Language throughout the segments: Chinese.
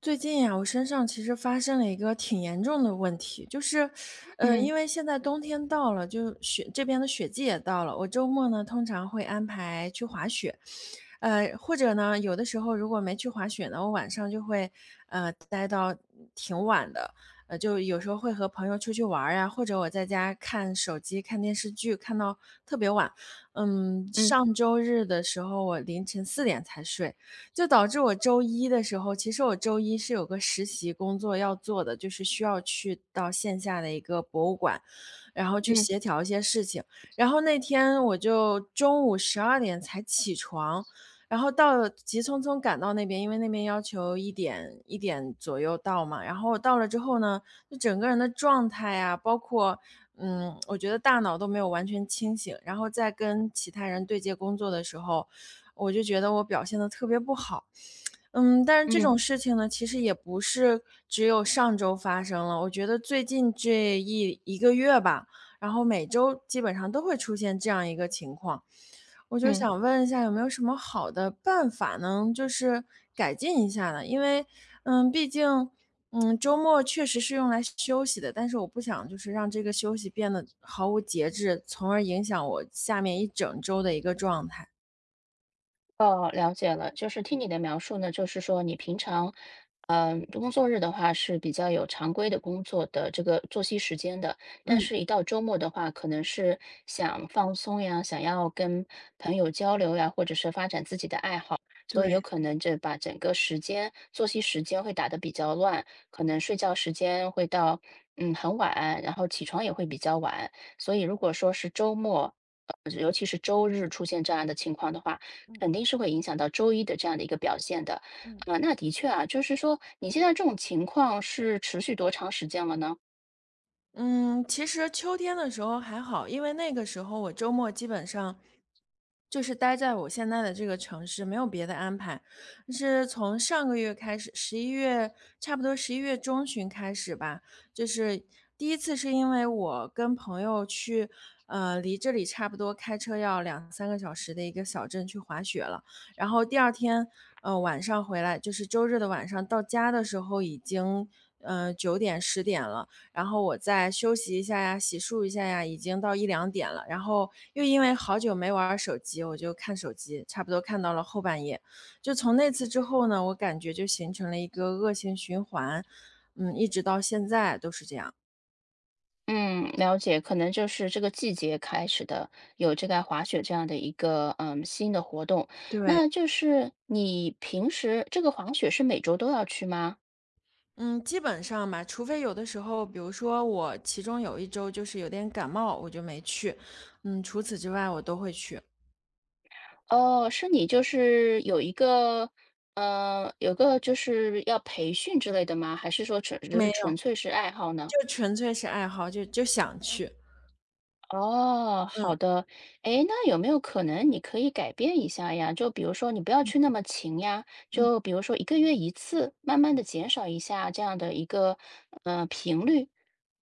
最近呀，我身上其实发生了一个挺严重的问题，就是，嗯因为现在冬天到了，就雪这边的雪季也到了，我周末呢通常会安排去滑雪。或者呢有的时候如果没去滑雪呢，我晚上就会待到挺晚的。就有时候会和朋友出去玩儿呀，或者我在家看手机、看电视剧，看到特别晚。嗯上周日的时候我凌晨4点才睡。就导致我周一的时候，其实我周一是有个实习工作要做的，就是需要去到线下的一个博物馆，然后去嗯协调一些事情。然后那天我就中午12点才起床，然后到了急匆匆赶到那边，因为那边要求一点左右到嘛。然后我到了之后呢，就整个人的状态啊，包括我觉得大脑都没有完全清醒。然后在跟其他人对接工作的时候，我就觉得我表现的特别不好。但是这嗯种事情呢，其实也不是只有上周发生了，我觉得最近这一个月吧，然后每周基本上都会出现这样一个情况。我就嗯，想问一下，有没有什么好的办法能就是改进一下呢？因为，毕竟，周末确实是用来休息的，但是我不想就是让这个休息变得毫无节制，从而影响我下面一整周的一个状态。哦，了解了，就是听你的描述呢，就是说你平常，工作日的话是比较有常规的工作的这个作息时间的，但嗯。是一到周末的话，可能是想放松呀，想要跟朋友交流呀，或者是发展自己的爱好，所以对。有可能这把整个时间作息时间会打得比较乱，可能睡觉时间会到很晚，然后起床也会比较晚，所以如果说是周末。尤其是周日出现这样的情况的话，嗯肯定是会影响到周一的这样的一个表现的。嗯。啊，那的确啊，就是说你现在这种情况是持续多长时间了呢？嗯，其实秋天的时候还好，因为那个时候我周末基本上就是待在我现在的这个城市，没有别的安排。但是从上个月开始，十一月差不多十一月中旬开始吧，就是第一次是因为我跟朋友去，离这里差不多开车要2、3个小时的一个小镇去滑雪了。然后第二天，晚上回来，就是周日的晚上到家的时候已经，9点10点了。然后我再休息一下呀，洗漱一下呀，已经到1、2点了。然后又因为好久没玩儿手机，我就看手机，差不多看到了后半夜。就从那次之后呢，我感觉就形成了一个恶性循环，一直到现在都是这样。嗯，了解，可能就是这个季节开始的，有这个滑雪这样的一个新的活动。对。那就是你平时这个滑雪是每周都要去吗？嗯，基本上吧，除非有的时候，比如说我其中有一周就是有点感冒，我就没去。除此之外我都会去。哦，是你就是有一个有个就是要培训之类的吗？还是说纯只没是纯有，粹是爱好呢？就纯粹是爱好，就想去。哦，嗯，好的。诶，那有没有可能你可以改变一下呀？就比如说你不要去那么勤呀，嗯，就比如说一个月一次，慢慢的减少一下这样的一个，呃，频率。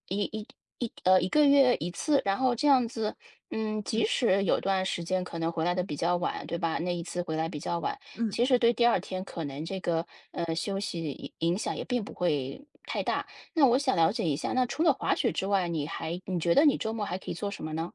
一一一个月一次，然后这样子，嗯，即嗯，使有段时间可能回来的比较晚，对吧？那一次回来比较晚，嗯。其实对第二天可能这个，呃，休息影响也并不会太大。那我想了解一下，那除了滑雪之外，你觉得你周末还可以做什么呢？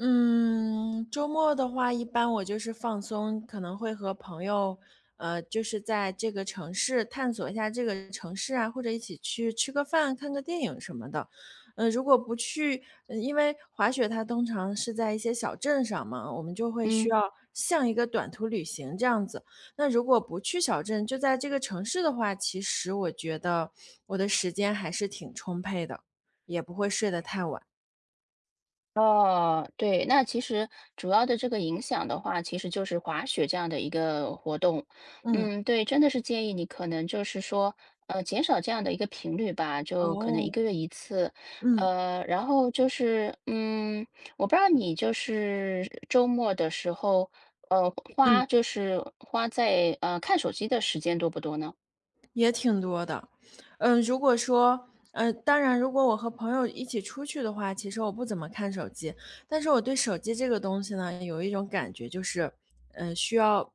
嗯，周末的话，一般我就是放松，可能会和朋友，就是在这个城市探索一下这个城市啊，或者一起去吃个饭、看个电影什么的。如果不去，因为滑雪它通常是在一些小镇上嘛，我们就会需嗯，要像一个短途旅行这样子。那如果不去小镇，就在这个城市的话，其实我觉得我的时间还是挺充沛的，也不会睡得太晚。哦，对，那其实主要的这个影响的话，其实就是滑雪这样的一个活动。嗯，嗯，对，真的是建议你可能就是说，呃，减少这样的一个频率吧，就可能一哦，个月一次。嗯。呃，然后就是，嗯，我不知道你就是周末的时候，呃，嗯，花就是花在看手机的时间多不多呢？也挺多的。如果说当然如果我和朋友一起出去的话，其实我不怎么看手机。但是我对手机这个东西呢，有一种感觉就是，需要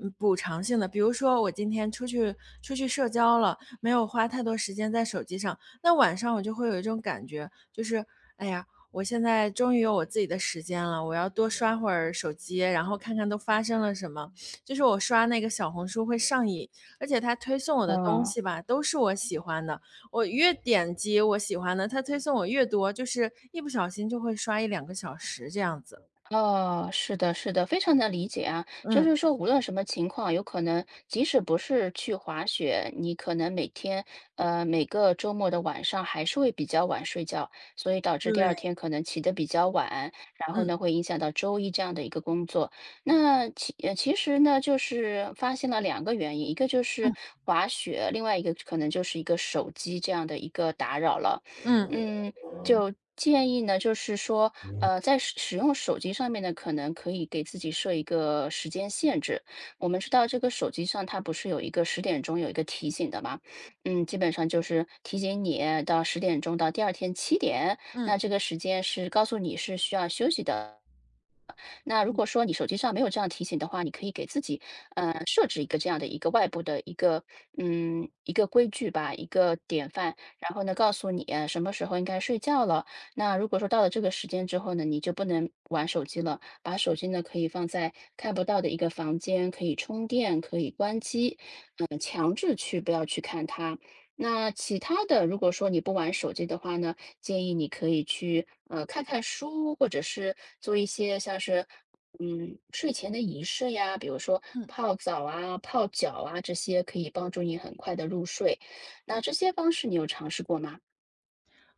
补偿性的。比如说我今天出去社交了，没有花太多时间在手机上，那晚上我就会有一种感觉，就是哎呀，我现在终于有我自己的时间了，我要多刷会儿手机，然后看看都发生了什么。就是我刷那个小红书会上瘾，而且它推送我的东嗯西吧，都是我喜欢的，我越点击我喜欢的，它推送我越多，就是一不小心就会刷1、2个小时这样子。哦，是的，是的，非常能理解啊。就嗯，是说，无论什么情况，有可能即使不是去滑雪，你可能每天，呃，每个周末的晚上还是会比较晚睡觉，所以导致第二对，天可能起得比较晚，然后嗯，呢，会影响到周一这样的一个工作。其实呢，就是发现了两个原因，一个就嗯，是滑雪，另外一个可能就是一个手机这样的一个打扰了。嗯，嗯，就建议呢，就是说，呃，在使用手机上面呢，可能可以给自己设一个时间限制。我们知道这个手机上它不是有一个十点钟有一个提醒的嘛，嗯，基本上就是提醒你到十点钟到第二天七点，嗯，那这个时间是告诉你是需要休息的。那如果说你手机上没有这样提醒的话，你可以给自己设置一个这样的一个外部的一个一个规矩吧，一个典范，然后呢告诉你什么时候应该睡觉了。那如果说到了这个时间之后呢，你就不能玩手机了，把手机呢可以放在看不到的一个房间，可以充电，可以关机。那其他的，如果说你不玩手机的话呢，建议你可以去看看书，或者是做一些像是睡前的仪式呀，比如说嗯，泡澡啊、泡脚啊，这些可以帮助你很快的入睡。那这些方式你有尝试过吗？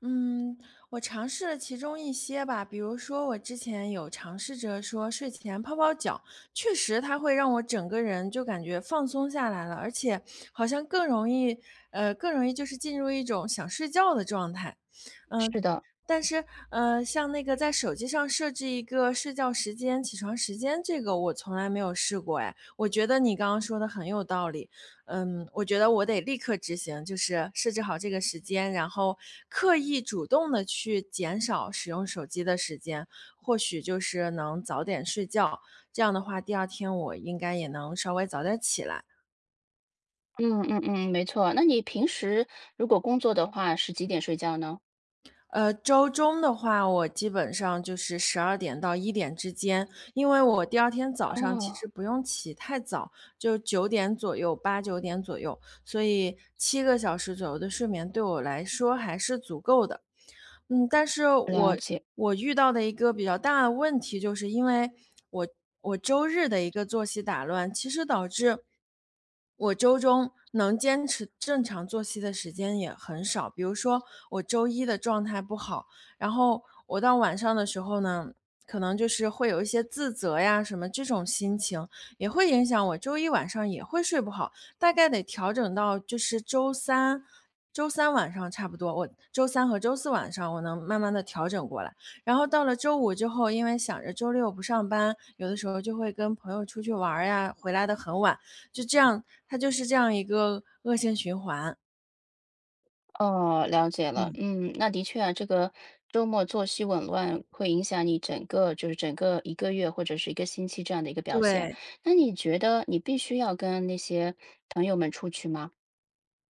嗯，我尝试了其中一些吧，比如说我之前有尝试着说睡前泡泡脚，确实它会让我整个人就感觉放松下来了，而且好像更容易就是进入一种想睡觉的状态。嗯，是的，但是，像那个在手机上设置一个睡觉时间、起床时间，这个我从来没有试过哎。我觉得你刚刚说的很有道理。我觉得我得立刻执行，就是设置好这个时间，然后刻意主动的去减少使用手机的时间，或许就是能早点睡觉。这样的话，第二天我应该也能稍微早点起来。嗯嗯嗯，没错。那你平时如果工作的话，是几点睡觉呢？周中的话，我基本上就是12点到1点之间，因为我第二天早上其哦，实不用起太早，就9点左右8、9点左右，所以7个小时左右的睡眠对我来说还是足够的。但是了我解。我遇到的一个比较大的问题，就是因为我我周日的一个作息打乱，其实导致我周中能坚持正常作息的时间也很少。比如说我周一的状态不好，然后我到晚上的时候呢，可能就是会有一些自责呀什么这种心情，也会影响我周一晚上也会睡不好。大概得调整到就是周三周三晚上差不多，我周三和周四晚上我能慢慢的调整过来。然后到了周五之后，因为想着周六不上班，有的时候就会跟朋友出去玩儿呀，回来的很晚，就这样它就是这样一个恶性循环。哦，了解了。嗯，那的确啊，这个周末作息紊乱会影响你整个就是整个一个月或者是一个星期这样的一个表现。对。那你觉得你必须要跟那些朋友们出去吗？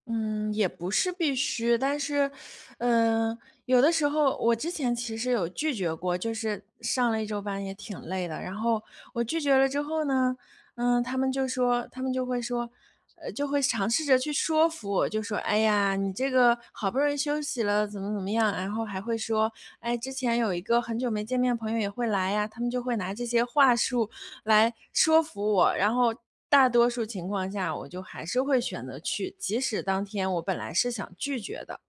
嗯，也不是必须，但是，嗯、有的时候我之前其实有拒绝过，就是上了一周班也挺累的，然后我拒绝了之后呢，他们就会说，就会尝试着去说服我，就说，哎呀，你这个好不容易休息了，怎么怎么样，然后还会说，哎，之前有一个很久没见面的朋友也会来呀，他们就会拿这些话术来说服我，然后大多数情况下，我就还是会选择去，即使当天我本来是想拒绝的。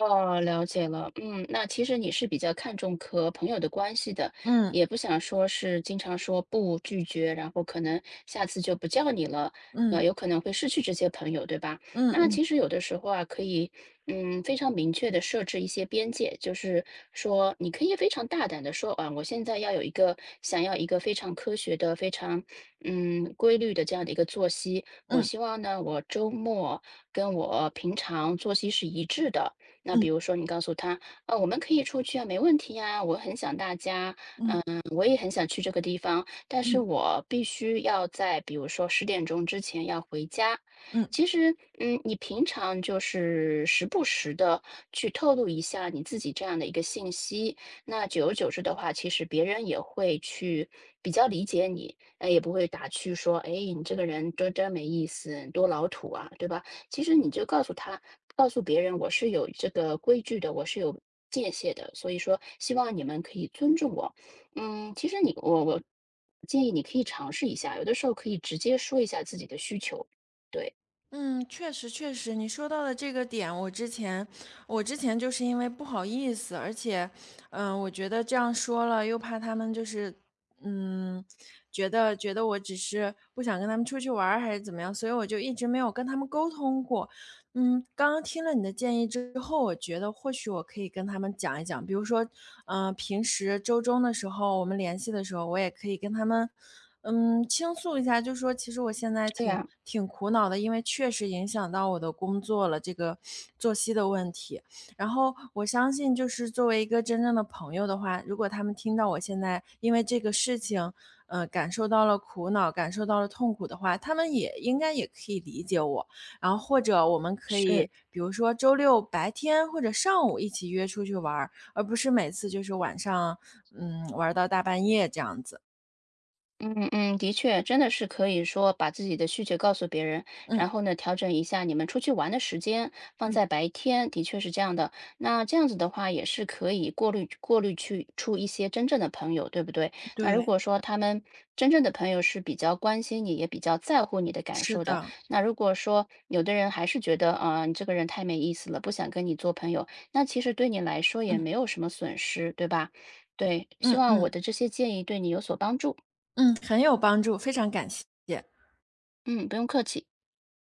哦，了解了。嗯，那其实你是比较看重和朋友的关系的，嗯，也不想说是经常说不拒绝，然后可能下次就不叫你了，呃，嗯，有可能会失去这些朋友，对吧？嗯那嗯其实有的时候啊，可以非常明确的设置一些边界，就是说你可以非常大胆的说啊，我现在要有一个想要一个非常科学的、非常规律的这样的一个作息，我嗯希望呢，我周末跟我平常作息是一致的。那比嗯如说你告诉他，啊，我们可以出去啊，没问题呀，我很想大家，嗯我也很想去这个地方，但是嗯我必须要在比如说十点钟之前要回家。嗯。其实，嗯，你平常就是时不时的去透露一下你自己这样的一个信息，那久而久之的话，其实别人也会去比较理解你，呃，也不会打趣说：“哎，你这个人多真没意思，多老土啊，对吧？”其实你就告诉别人我是有这个规矩的，我是有界限的，所以说希望你们可以尊重我。嗯，其实我建议你可以尝试一下，有的时候可以直接说一下自己的需求，对，嗯确实确实，你说到的这个点，我之前就是因为不好意思，而且，我觉得这样说了又怕他们就是，嗯，觉得我只是不想跟他们出去玩儿还是怎么样，所以我就一直没有跟他们沟通过。刚刚听了你的建议之后，我觉得或许我可以跟他们讲一讲，比如说，平时周中的时候，我们联系的时候，我也可以跟他们，倾诉一下，就说其实我现在这挺样挺苦恼的，因为确实影响到我的工作了，这个作息的问题。然后我相信，就是作为一个真正的朋友的话，如果他们听到我现在因为这个事情，感受到了苦恼，感受到了痛苦的话，他们也应该也可以理解我。然后或者我们可是以比如说周六白天或者上午一起约出去玩儿，而不是每次就是晚上，玩儿到大半夜这样子。嗯嗯，的确，真的是可以说把自己的需求告诉别人，然嗯，后呢，调整一下你们出去玩的时间，放嗯，在白天，的确是这样的。那这样子的话，也是可以过滤出一些真正的朋友，对不对？那如对，果说他们真正的朋友是比较关心你，也比较在乎你的感是受的，的，那如果说有的人还是觉得啊，你这个人太没意思了，不想跟你做朋友，那其实对你来说也嗯，没有什么损失，对吧？对，希嗯望我嗯。的这些建议对你有所帮助。嗯，很有帮助，非常感谢。嗯，不用客气。